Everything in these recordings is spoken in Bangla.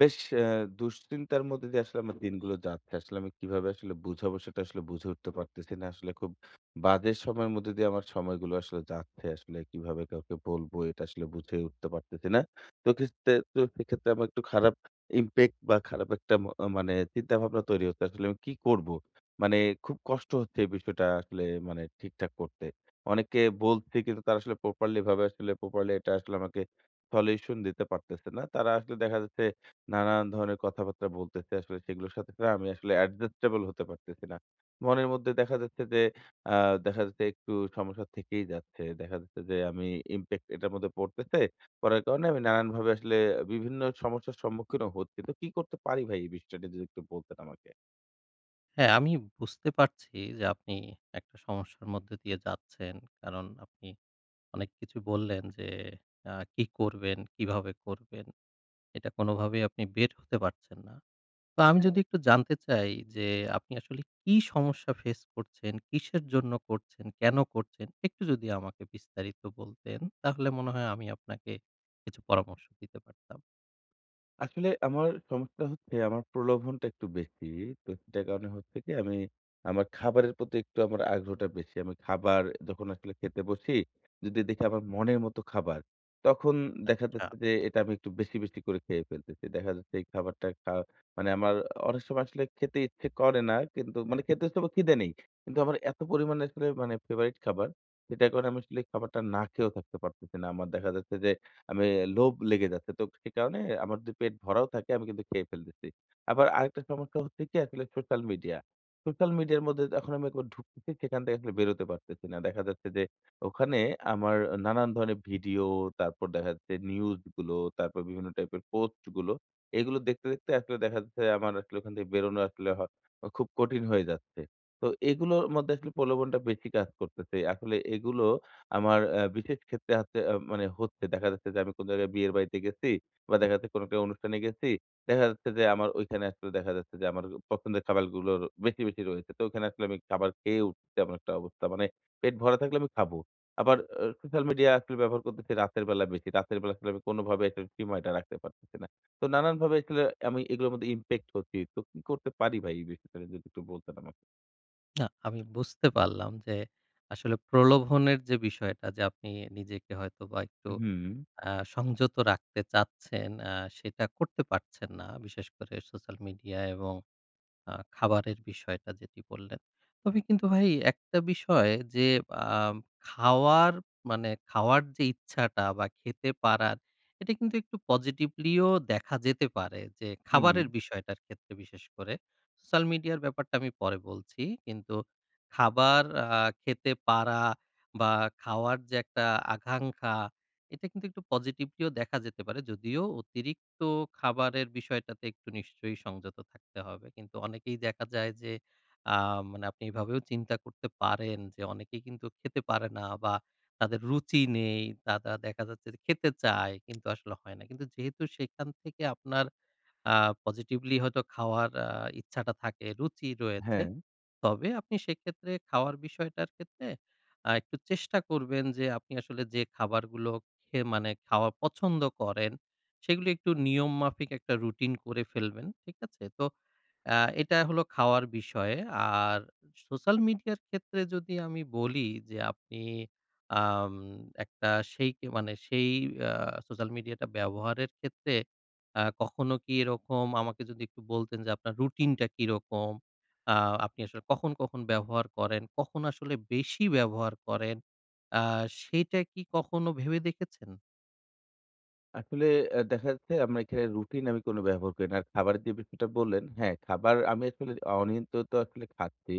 বেশ দুশ্চিন্তার মধ্যে দিয়ে আসলে আমার দিনগুলো যাচ্ছে। আসলে আমি কিভাবে আসলে বুঝাবো সেটা আসলে বুঝে উঠতে পারতেছি না। আসলে খুব বাজে সময়ের মধ্যে দিয়ে আমার সময়গুলো আসলে যাচ্ছে। আসলে কিভাবে কাউকে বলবো এটা আসলে বুঝে উঠতে পারতেছি না। তো ক্ষেত্রে তো সেক্ষেত্রে আমার একটু খারাপ ইমপ্যাক্ট বা খারাপ একটা মানে চিন্তাভাবনা তৈরি হচ্ছে। আসলে আমি কি করবো? মানে খুব কষ্ট হচ্ছে এই বিষয়টা আসলে মানে ঠিকঠাক করতে। অনেককে বলছি কিন্তু তারা আসলে প্রপারলি ভাবে আসলে প্রপারলি এটা আসলে আমাকে সলিউশন দিতে পারতেছে না। তারা আসলে দেখা যাচ্ছে নানান ধরনের কথাবার্তা বলতেছে আসলে সেগুলোর সাথে না আমি আসলে অ্যাডজাস্টেবল হতে পারতেছি না। মনের মধ্যে দেখা যাচ্ছে যে আ দেখা যাচ্ছে একটু সমস্যা থেকেই যাচ্ছে। দেখা যাচ্ছে যে আমি ইমপ্যাক্ট এটার মধ্যে পড়তেছে। পড়ার কারণে আমি নানানভাবে আসলে বিভিন্ন সমস্যার সম্মুখীনও হচ্ছি। তো কি করতে পারি ভাই এই বিষয়টা নিয়ে যদি একটু বলতেন আমাকে? হ্যাঁ, আমি বুঝতে পারছি যে আপনি একটা সমস্যার মধ্যে দিয়ে যাচ্ছেন। কারণ আপনি অনেক কিছু বললেন যে কি করবেন, কিভাবে করবেন, এটা কোনোভাবেই আপনি বের হতে পারছেন না। তো আমি যদি একটু জানতে চাই যে আপনি আসলে কি সমস্যা ফেস করছেন, কিসের জন্য করছেন, কেন করছেন? একটু যদি আমাকে বিস্তারিত বলতেন তাহলে মনে হয় আমি আপনাকে কিছু পরামর্শ দিতে পারতাম। আসলে আমার সমস্যা হচ্ছে আমার প্রলোভনটা একটু বেশি। তো সেটার কারণে হচ্ছে কি আমি আমার খাবারের প্রতি একটু আমার আগ্রহটা বেশি। আমি খাবার যখন আসলে খেতে বসি, যদি দেখি আমার মনের মতো খাবার, তখন দেখা আচ্ছা। যাচ্ছে যে এটা আমি একটু বেশি, বেশি করে খেয়ে ফেলতেছি। দেখা যাচ্ছে এই খাবারটা খা মানে আমার অনেক সময় আসলে খেতে ইচ্ছে করে না কিন্তু মানে খেতে ইচ্ছে করে খিদে নেই। কিন্তু আমার এত পরিমাণে আসলে মানে ফেভারিট খাবার, সেটার কারণে আমি আসলে এই খাবারটা না খেয়েও থাকতে পারতেছি না। আমার দেখা যাচ্ছে যে আমি লোভ লেগে যাচ্ছে। তো সে কারণে আমার যদি পেট ভরাও থাকে আমি কিন্তু খেয়ে ফেলতেছি। আবার আরেকটা সমস্যা হচ্ছে কি আসলে সোশ্যাল মিডিয়া। সোশ্যাল মিডিয়ার মধ্যে যখন আমি একবার ঢুকতেছি সেখান থেকে আসলে বেরোতে পারতেছি না। দেখা যাচ্ছে যে ওখানে আমার নানান ধরনের ভিডিও, তারপর দেখা যাচ্ছে নিউজ গুলো, তারপর বিভিন্ন টাইপের পোস্ট গুলো। এগুলো দেখতে, দেখতে আসলে দেখা যাচ্ছে আমার আসলে ওখান থেকে বেরোনো আসলে হ খুব কঠিন হয়ে যাচ্ছে। তো এগুলোর মধ্যে আসলে প্রলোভনটা বেশি কাজ করতেছে। আসলে এগুলো আমার বিশেষ ক্ষেত্রে হচ্ছে মানে হচ্ছে দেখা যাচ্ছে যে আমি কোন জায়গায় বিয়ের বাড়িতে গেছি বা দেখা যাচ্ছে কোন একটা অনুষ্ঠানে গেছি। দেখা যাচ্ছে যে আমার ঐখানে আসলে দেখা যাচ্ছে যে আমার পছন্দের খাবারগুলোর বেশি, বেশি রয়েছে। তো ওখানে আসলে আমি খাবার খেয়ে উঠছি এমন একটা অবস্থা। মানে পেট ভরা থাকলে আমি খাবো। আবার সোশ্যাল মিডিয়া আসলে ব্যবহার করতেছি রাতের বেলা বেশি। রাতের বেলা আসলে আমি কোনভাবে একটা সীমাটা রাখতে পারতেছি না। তো নানানভাবে আসলে আমি এগুলোর মধ্যে ইমপ্যাক্ট হচ্ছি। তো কি করতে পারি ভাই এই বিষয়টা যদি একটু বলতেন আমাকে? না, আমি বুঝতে পারলাম যে আসলে প্রলোভনের যে বিষয়টা যে আপনি নিজেকে হয়তোবা একটু হুম, সংযত রাখতে চাচ্ছেন, সেটা করতে পারছেন না। বিশেষ করে সোশ্যাল মিডিয়া এবং খাবারের বিষয়টা যেটি বললেন। তবে কিন্তু ভাই একটা বিষয় যে আ খাওয়ার মানে খাওয়ার যে ইচ্ছাটা বা খেতে পারার, এটা কিন্তু একটু পজিটিভলিও দেখা যেতে পারে যে খাবারের হুম। বিষয়টার ক্ষেত্রে বিশেষ করে। সোশ্যাল মিডিয়ার ব্যাপারটা আমি পরে বলছি। কিন্তু খাবার খেতে পারা বা খাওয়ার যে একটা আকাঙ্খা, এটা কিন্তু একটু পজিটিভলিও দেখা যেতে পারে। যদিও অতিরিক্ত খাবারের বিষয়টাতে একটু নিশ্চয়ই সংযত থাকতে হবে। কিন্তু অনেকেই দেখা যায় যে আ মানে আপনি এভাবেও চিন্তা করতে পারেন যে অনেকেই কিন্তু খেতে পারে না বা তাদের রুচি নেই। তারা দেখা যাচ্ছে যে খেতে চায় কিন্তু আসলে হয় না। কিন্তু যেহেতু সেখান থেকে আপনার আ পজিটিভলি হয়তো খাওয়ার ইচ্ছাটা থাকে, রুচি রয়েছে। হ্যাঁ। তবে আপনি সেক্ষেত্রে খাওয়ার বিষয়টার ক্ষেত্রে একটু চেষ্টা করবেন যে আপনি আসলে যে খাবারগুলো খেয়ে মানে খাওয়া পছন্দ করেন, সেগুলো একটু নিয়ম মাফিক একটা রুটিন করে ফেলবেন। ঠিক আছে? তো আ এটা হলো খাওয়ার বিষয়ে। আর সোশ্যাল মিডিয়ার ক্ষেত্রে যদি আমি বলি যে আপনি আম একটা সেই কে মানে সেই আ সোশ্যাল মিডিয়াটা ব্যবহারের ক্ষেত্রে কখনো কি এরকম আমাকে যদি একটু বলতেন যে আপনার রুটিনটা কিরকম? আ আপনি আসলে কখন, কখন ব্যবহার করেন? কখন আসলে বেশি ব্যবহার করেন? আ সেটা কি কখনো ভেবে দেখেছেন? আসলে দেখা যাচ্ছে আমরা এখানে রুটিন আমি কোনো ব্যবহার করি না। আর খাবারের যে বিষয়টা বললেন, হ্যাঁ, খাবার আমি আসলে অনিয়ন্ত্রিত আসলে খাচ্ছি।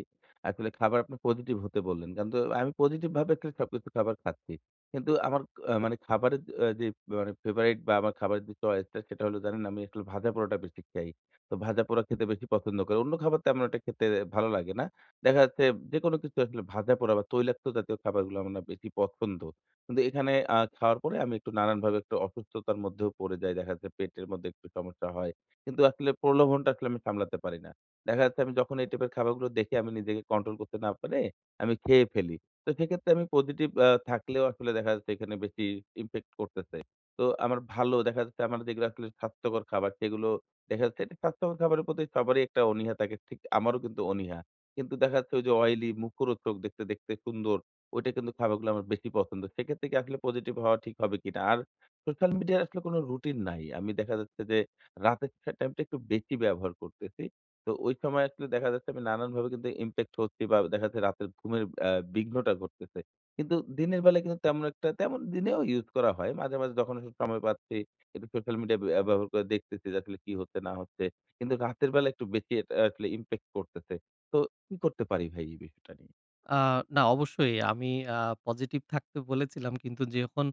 আসলে খাবার আপনি পজিটিভ হতে বললেন। কিন্তু আমি পজিটিভ ভাবে আসলে সবকিছু খাবার খাচ্ছি। কিন্তু আমার মানে খাবারের যে মানে ফেভারাইট বা আমার খাবারের যে চয়েসটা সেটা হলো জানেন আমি আসলে ভাজা-পোড়াটা বেশি খাই। তো ভাজা-পোড়া খেতে বেশি পছন্দ করি। অন্য খাবার তেমন একটা খেতে ভালো লাগে না। দেখা যাচ্ছে যেকোনো কিছু আসলে ভাজা-পোড়া বা তৈলাক্ত জাতীয় খাবারগুলো আমার না বেশি পছন্দ। কিন্তু এখানে খাওয়ার পরে আমি একটু নানানভাবে একটু অসুস্থতার মধ্যেও পড়ে যাই। দেখা যাচ্ছে পেটের মধ্যে একটু সমস্যা হয়। কিন্তু আসলে প্রলোভনটা আসলে আমি সামলাতে পারি না। দেখা যাচ্ছে আমি যখন এই টাইপের খাবারগুলো দেখি আমি নিজেকে কন্ট্রোল করতে না পারে আমি খেয়ে ফেলি। তো সেক্ষেত্রে আমি পজিটিভ থাকলেও আসলে দেখা যাচ্ছে এখানে বেশি ইমপ্যাক্ট করতেছে। তো আমার ভালো দেখা যাচ্ছে আমার যেগুলো আসলে স্বাস্থ্যকর খাবার সেগুলো দেখা যাচ্ছে এটা স্বাস্থ্যকর খাবারের প্রতি সবারই একটা অনীহা থাকে। ঠিক আমারও কিন্তু অনীহা। কিন্তু দেখা যাচ্ছে ওই যে অয়েলি মুখরোচক দেখতে, দেখতে সুন্দর ওইটা কিন্তু খাবারগুলো আমার বেশি পছন্দ। সেক্ষেত্রে কি আসলে পজিটিভ হওয়া ঠিক হবে কিনা? আর সোশ্যাল মিডিয়ার আসলে কোনো রুটিন নাই। আমি দেখা যাচ্ছে যে রাতের টা টাইমটা একটু বেশি ব্যবহার করতেছি। তো ওই সময় আসলে দেখা যাচ্ছে আমি নানানভাবে কিন্তু ইমপ্যাক্ট হচ্ছি বা দেখা যাচ্ছে রাতের ঘুমের বিঘ্নটা ঘটতেছে। কিন্তু দিনের বেলায় কিন্তু তেমন একটা তেমন দিনেও ইউজ করা হয়। মাঝে, মাঝে যখন আসলে সময় পাচ্ছি একটু সোশ্যাল মিডিয়া ব্যবহার করে দেখতেছি যে আসলে কি হচ্ছে না হচ্ছে। কিন্তু রাতের বেলা একটু বেশি এটা আসলে ইমপ্যাক্ট করতেছে। তো কি করতে পারি ভাই এই বিষয়টা নিয়ে? আ না, অবশ্যই আমি আ পজিটিভ থাকতে বলেছিলাম। কিন্তু যখন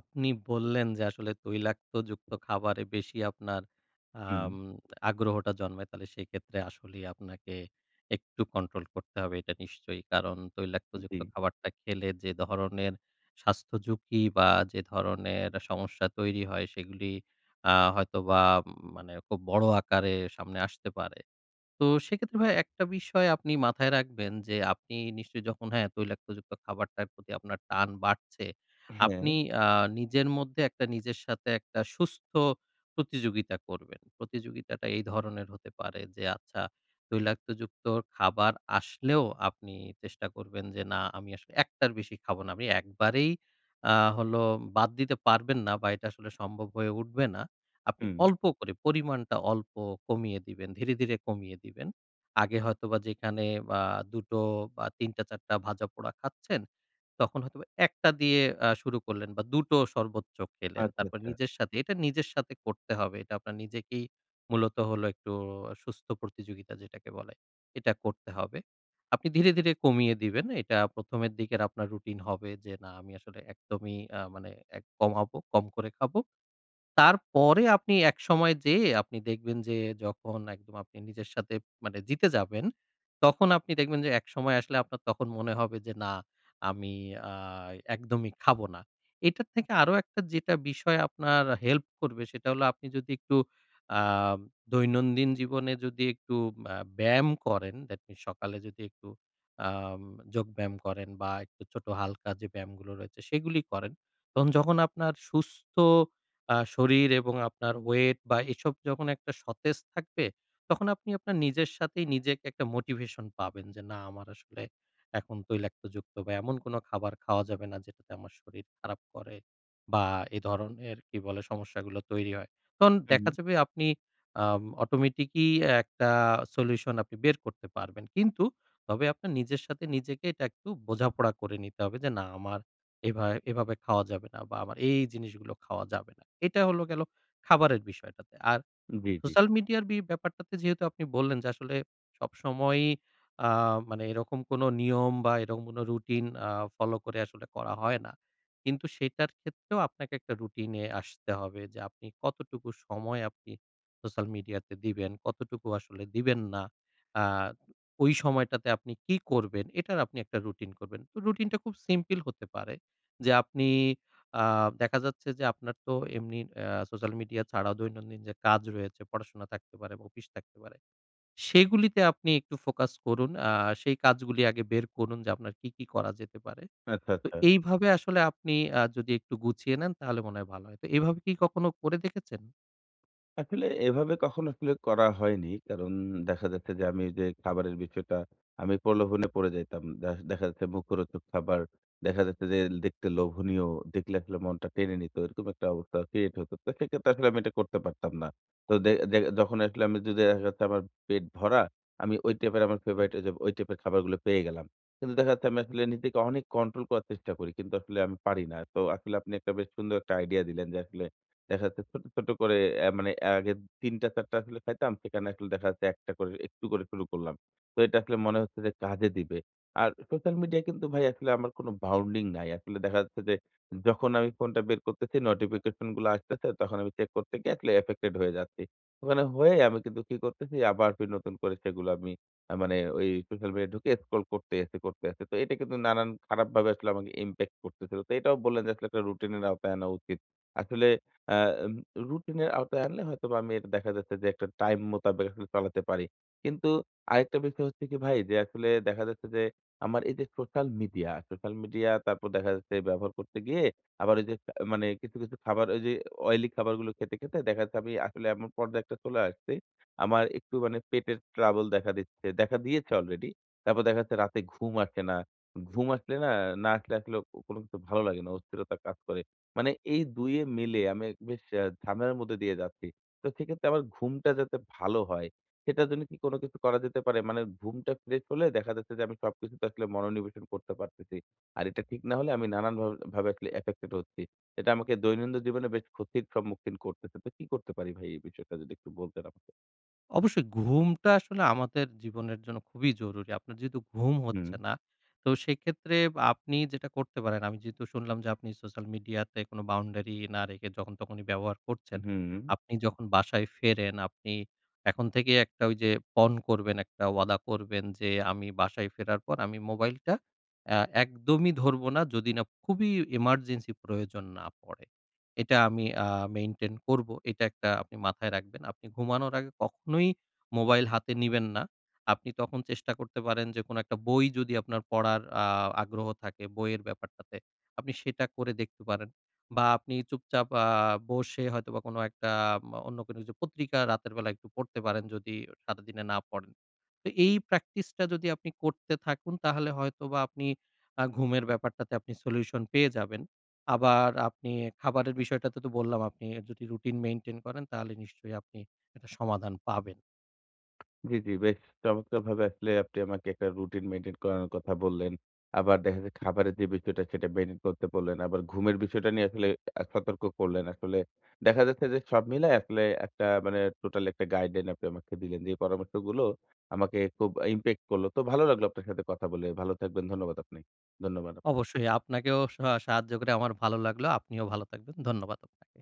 আপনি বললেন যে আসলে তৈলাক্তযুক্ত খাবারে বেশি আপনার হুম, আম আগ্রহটা জন্মায়, তাহলে সেক্ষেত্রে আসলেই আপনাকে একটু কন্ট্রোল করতে হবে এটা নিশ্চয়ই। কারণ জি। তৈলাক্তযুক্ত খাবারটা খেলে যে ধরনের স্বাস্থ্য ঝুঁকি বা যে ধরনের সমস্যা তৈরি হয় সেগুলি হয়তোবা মানে খুব বড় আকারে সামনে আসতে পারে। তো সেক্ষেত্রে ভাই একটা বিষয় আপনি মাথায় রাখবেন যে আপনি নিশ্চয়ই যখন হ্যাঁ তৈলাক্তযুক্ত খাবারটার প্রতি আপনার টান বাড়ছে, হ্যাঁ, আপনি আ নিজের মধ্যে একটা, নিজের সাথে একটা সুস্থ প্রতিযোগিতা করবেন। প্রতিযোগিতাটা এই ধরনের হতে পারে যে, আচ্ছা, তৈলাক্তযুক্ত খাবার আসলেও আপনি চেষ্টা করবেন যে না, আমি আসলে একটার বেশি খাবো না। আপনি একবারেই আ হলো বাদ দিতে পারবেন না বা এটা আসলে সম্ভব হয়ে উঠবে না। আপনি হুম। অল্প করে, পরিমাণটা অল্প কমিয়ে দিবেন। ধীরে, ধীরে কমিয়ে দিবেন। আগে হয়তোবা যেখানে আ ২ টো বা ৩ টা ৪ টা ভাজাপোড়া খাচ্ছেন, তখন হয়তোবা ১ টা দিয়ে শুরু করলেন বা ২ টো সর্বোচ্চ খেলেন। আচ্ছা, তারপর আচ্ছা। নিজের সাথে এটা, নিজের সাথে করতে হবে। এটা আপনার নিজেকেই মূলত হলো একটু সুস্থ প্রতিযোগিতা যেটাকে বলে, এটা করতে হবে। আপনি ধীরে, ধীরে কমিয়ে দিবেন। এটা ১ম এর দিকের আপনার রুটিন হবে যে, না, আমি আসলে একদমই মানে এক কমাবো, কম করে খাবো। তারপরে আপনি একসময় যেয়ে আপনি দেখবেন যে, যখন একদম আপনি নিজের সাথে মানে জিতে যাবেন, তখন আপনি দেখবেন যে একসময় আসলে আপনার তখন মনে হবে যে, না, আমি আ একদমই খাবো না। এটার থেকে আরো একটা যেটা বিষয় আপনার হেল্প করবে সেটা হলো, আপনি যদি একটু আ দৈনন্দিন জীবনে যদি একটু ব্যায়াম করেন, দ্যাট মিনস সকালে যদি একটু আম যোগব্যায়াম করেন বা একটু ছোট হালকা যে ব্যায়ামগুলো রয়েছে সেগুলি করেন। তখন যখন আপনার সুস্থ শরীর এবং আপনার ওয়েট বা এসব যখন একটা সতেজ থাকবে, তখন আপনি আপনার নিজের সাথেই নিজেকে একটা মোটিভেশন পাবেন যে, "না, আমার আসলে এখন তৈলাক্তযুক্ত বা এমন কোনো খাবার খাওয়া যাবে না, যেটাতে আমার শরীর খারাপ করে বা এ ধরনের কি বলে সমস্যাগুলো তৈরি হয়।" তখন হু, দেখা হু। যাবে আপনি অটোমেটিকই একটা সলিউশন আপনি বের করতে পারবেন। কিন্তু তবে আপনার নিজের সাথে নিজেকে এটা একটু বোঝাপড়া করে নিতে হবে যে, "না, আমার এভাবে খাওয়া যাবে না বা আমার এই জিনিসগুলো খাওয়া যাবে না।" এটা হলো গেল খাবারের বিষয়টাতে। আর জি, জি। সোশ্যাল মিডিয়ার ব্যাপারটাতে যেহেতু আপনি বললেন যে আসলে সবসময়ই আ মানে এরকম কোনো নিয়ম বা এরকম কোনো রুটিন ফলো করে আসলে করা হয় না। কিন্তু সেটার ক্ষেত্রেও আপনাকে একটা রুটিনে আসতে হবে যে আপনি কতটুকু সময় আপনি সোশ্যাল মিডিয়াতে দিবেন, কতটুকু আসলে দিবেন না। আ ওই সময়টাতে আপনি কি করবেন, এটার আপনি একটা রুটিন করবেন। তো রুটিনটা খুব সিম্পল হতে পারে যে, আপনি আ দেখা যাচ্ছে যে আপনার তো এমনি সোশ্যাল মিডিয়া ছাড়াও দৈনন্দিন যে কাজ রয়েছে, পড়াশোনা থাকতে পারে বা অফিস থাকতে পারে। সেগুলিতে আপনি একটু ফোকাস করুন। সেই কাজগুলি আগে বের করুন যে আপনার কি, কি করা যেতে পারে। আচ্ছা, তো আচ্ছা। এইভাবে আসলে আপনি যদি একটু গুছিয়ে নেন তাহলে মনে হয় ভালো হয়। তো এভাবে কি কখনো করে দেখেছেন? আসলে এভাবে কখনো আসলে করা হয়নি। কারণ দেখা যাচ্ছে যে আমি যে খাবারের বিষয়টা আমি প্রলোভনে পড়ে যাইতাম। দেখা যাচ্ছে মুখরোচক খাবার, দেখা যাচ্ছে যে দেখতে লোভনীয়, দেখলে আসলে মনটা টেনে নিত। এরকম একটা অবস্থা ক্রিয়েট হতো। তো সেক্ষেত্রে আসলে আমি এটা করতে পারতাম না। তো দে দে যখন আসলে আমি যদি দেখা যাচ্ছে আমার পেট ভরা, আমি ওই টাইপের আমার ফেভারিট ওই যে ওই টাইপের খাবারগুলো পেয়ে গেলাম। কিন্তু দেখা যাচ্ছে আমি আসলে নিজেকে অনেক কন্ট্রোল করার চেষ্টা করি। কিন্তু আসলে আমি পারি না। তো আসলে আপনি একটা বেশ সুন্দর একটা আইডিয়া দিলেন যে আসলে দেখা যাচ্ছে ছোট, ছোট করে মানে আগে ৩টা, ৪টা আসলে খাইতাম। সেখানে আসলে দেখা যাচ্ছে ১ টা করে একটু করে শুরু করলাম। তো এটা আসলে মনে হচ্ছে যে কাজে দিবে। আর সোশ্যাল মিডিয়ায় কিন্তু ভাই আসলে আমার কোনো বাউন্ডিং নাই। আসলে দেখা যাচ্ছে যে যখন আমি ফোনটা বের করতেছি নোটিফিকেশন গুলো আসতেছে তখন আমি চেক করতে গিয়ে আসলে এফেক্টেড হয়ে যাচ্ছি। ওখানে হয়ে আমি কিন্তু কি করতেছি আবার ফির নতুন করে সেগুলো আমি মানে ওই সোশ্যাল মিডিয়ায় ঢুকে স্ক্রল করতে আছি, করতে আছি। তো এটা কিন্তু নানান খারাপভাবে আসলে আমাকে ইমপ্যাক্ট করতেছিল। তো এটাও বললেন যে আসলে একটা রুটিনের আওতায় আনা উচিত। আসলে আ উম রুটিন এর আওতায় আনলে হয়তোবা আমি এটা দেখা যাচ্ছে যে একটা টাইম মোতাবেক আসলে চালাতে পারি। কিন্তু আরেকটা বিষয় হচ্ছে কি ভাই যে আসলে দেখা যাচ্ছে যে আমার এই যে সোশ্যাল মিডিয়া তারপর দেখা যাচ্ছে ব্যবহার করতে গিয়ে আবার ওই যে মানে কিছু, কিছু খাবার ওই যে অয়েলি খাবারগুলো খেতে, খেতে দেখা যাচ্ছে আমি আসলে এমন পর্যায়ে একটা চলে আসছি। আমার একটু মানে পেটের ট্রাবল দেখা দিচ্ছে, দেখা দিয়েছে অলরেডি। তারপর দেখা যাচ্ছে রাতে ঘুম আসে না। ঘুম আসলে না, না আসলে আসলে কোনো কিছু ভালো লাগে না। অস্থিরতা কাজ করে। মানে এই ২ এ মিলে আমি এক বেশ ঝামেলার মধ্যে দিয়ে যাচ্ছি। তো সেক্ষেত্রে আমার ঘুমটা যাতে ভালো হয়, সেটার জন্য কি কোনো কিছু করা যেতে পারে? মানে ঘুমটা ফ্রেশ হলে দেখা যাচ্ছে যে আমি সবকিছুতে আসলে মনোনিবেশন করতে পারতেছি। আর এটা ঠিক না হলে আমি নানান ভাবে ভাবে আসলে এফেক্টেড হচ্ছি। এটা আমাকে দৈনন্দিন জীবনে বেশ ক্ষতির সম্মুখীন করতেছে। তো কি করতে পারি ভাই এই বিষয়টা যদি একটু বলতেন আমাকে? অবশ্যই ঘুমটা আসলে আমাদের জীবনের জন্য খুবই জরুরি। আপনার যেহেতু ঘুম হুম, হচ্ছে না, তো সেক্ষেত্রে আপনি যেটা করতে পারেন, আমি যেহেতু শুনলাম যে আপনি সোশ্যাল মিডিয়াতে কোনো বাউন্ডারি না রেখে যখন তখনই ব্যবহার করছেন। হুম। আপনি যখন বাসায় ফেরেন, আপনি এখন থেকেই একটা ওই যে পণ করবেন, একটা ওয়াদা করবেন যে, আমি বাসায় ফেরার পর আমি মোবাইলটা একদমই ধরব না, যদি না খুবই এমার্জেন্সি প্রয়োজন না পড়ে। এটা আমি মেইনটেইন করব। এটা একটা আপনি মাথায় রাখবেন। আপনি ঘুমানোর আগে কখনোই মোবাইল হাতে নিবেন না। আপনি তখন চেষ্টা করতে পারেন যে কোনো একটা বই, যদি আপনার পড়ার আগ্রহ থাকে বইয়ের ব্যাপারটাতে, আপনি সেটা করে দেখতে পারেন। বা আপনি চুপচাপ বসে হয়তোবা কোনো একটা অন্য কোনো কিছু পত্রিকা রাতের বেলা একটু পড়তে পারেন, যদি সারাদিনে না পড়েন। তো এই প্র্যাকটিসটা যদি আপনি করতে থাকুন তাহলে হয়তোবা আপনি ঘুমের ব্যাপারটাতে আপনি সলিউশন পেয়ে যাবেন। আবার আপনি খাবারের বিষয়টাতে তো বললাম, আপনি যদি রুটিন মেইনটেইন করেন তাহলে নিশ্চয়ই আপনি একটা সমাধান পাবেন। জি, জি। বেশ চমৎকারভাবে আসলে আপনি আমাকে একটা রুটিন মেইনটেইন করানোর কথা বললেন। আবার দেখা যাচ্ছে খাবারের যে বিষয়টা সেটা মেইনটেইন করতে বললেন। আবার ঘুমের বিষয়টা নিয়ে আসলে সতর্ক করলেন। আসলে দেখা যাচ্ছে যে সব মিলায় আসলে একটা মানে টোটাল একটা গাইডলাইন আপনি আমাকে দিলেন। যে পরামর্শগুলো আমাকে খুব ইমপ্যাক্ট করলো। তো ভালো লাগলো আপনার সাথে কথা বলে। ভালো থাকবেন। ধন্যবাদ আপনি। ধন্যবাদ। অবশ্যই আপনাকেও সাহায্য করে আমার ভালো লাগলো। আপনিও ভালো থাকবেন। ধন্যবাদ আপনাকে।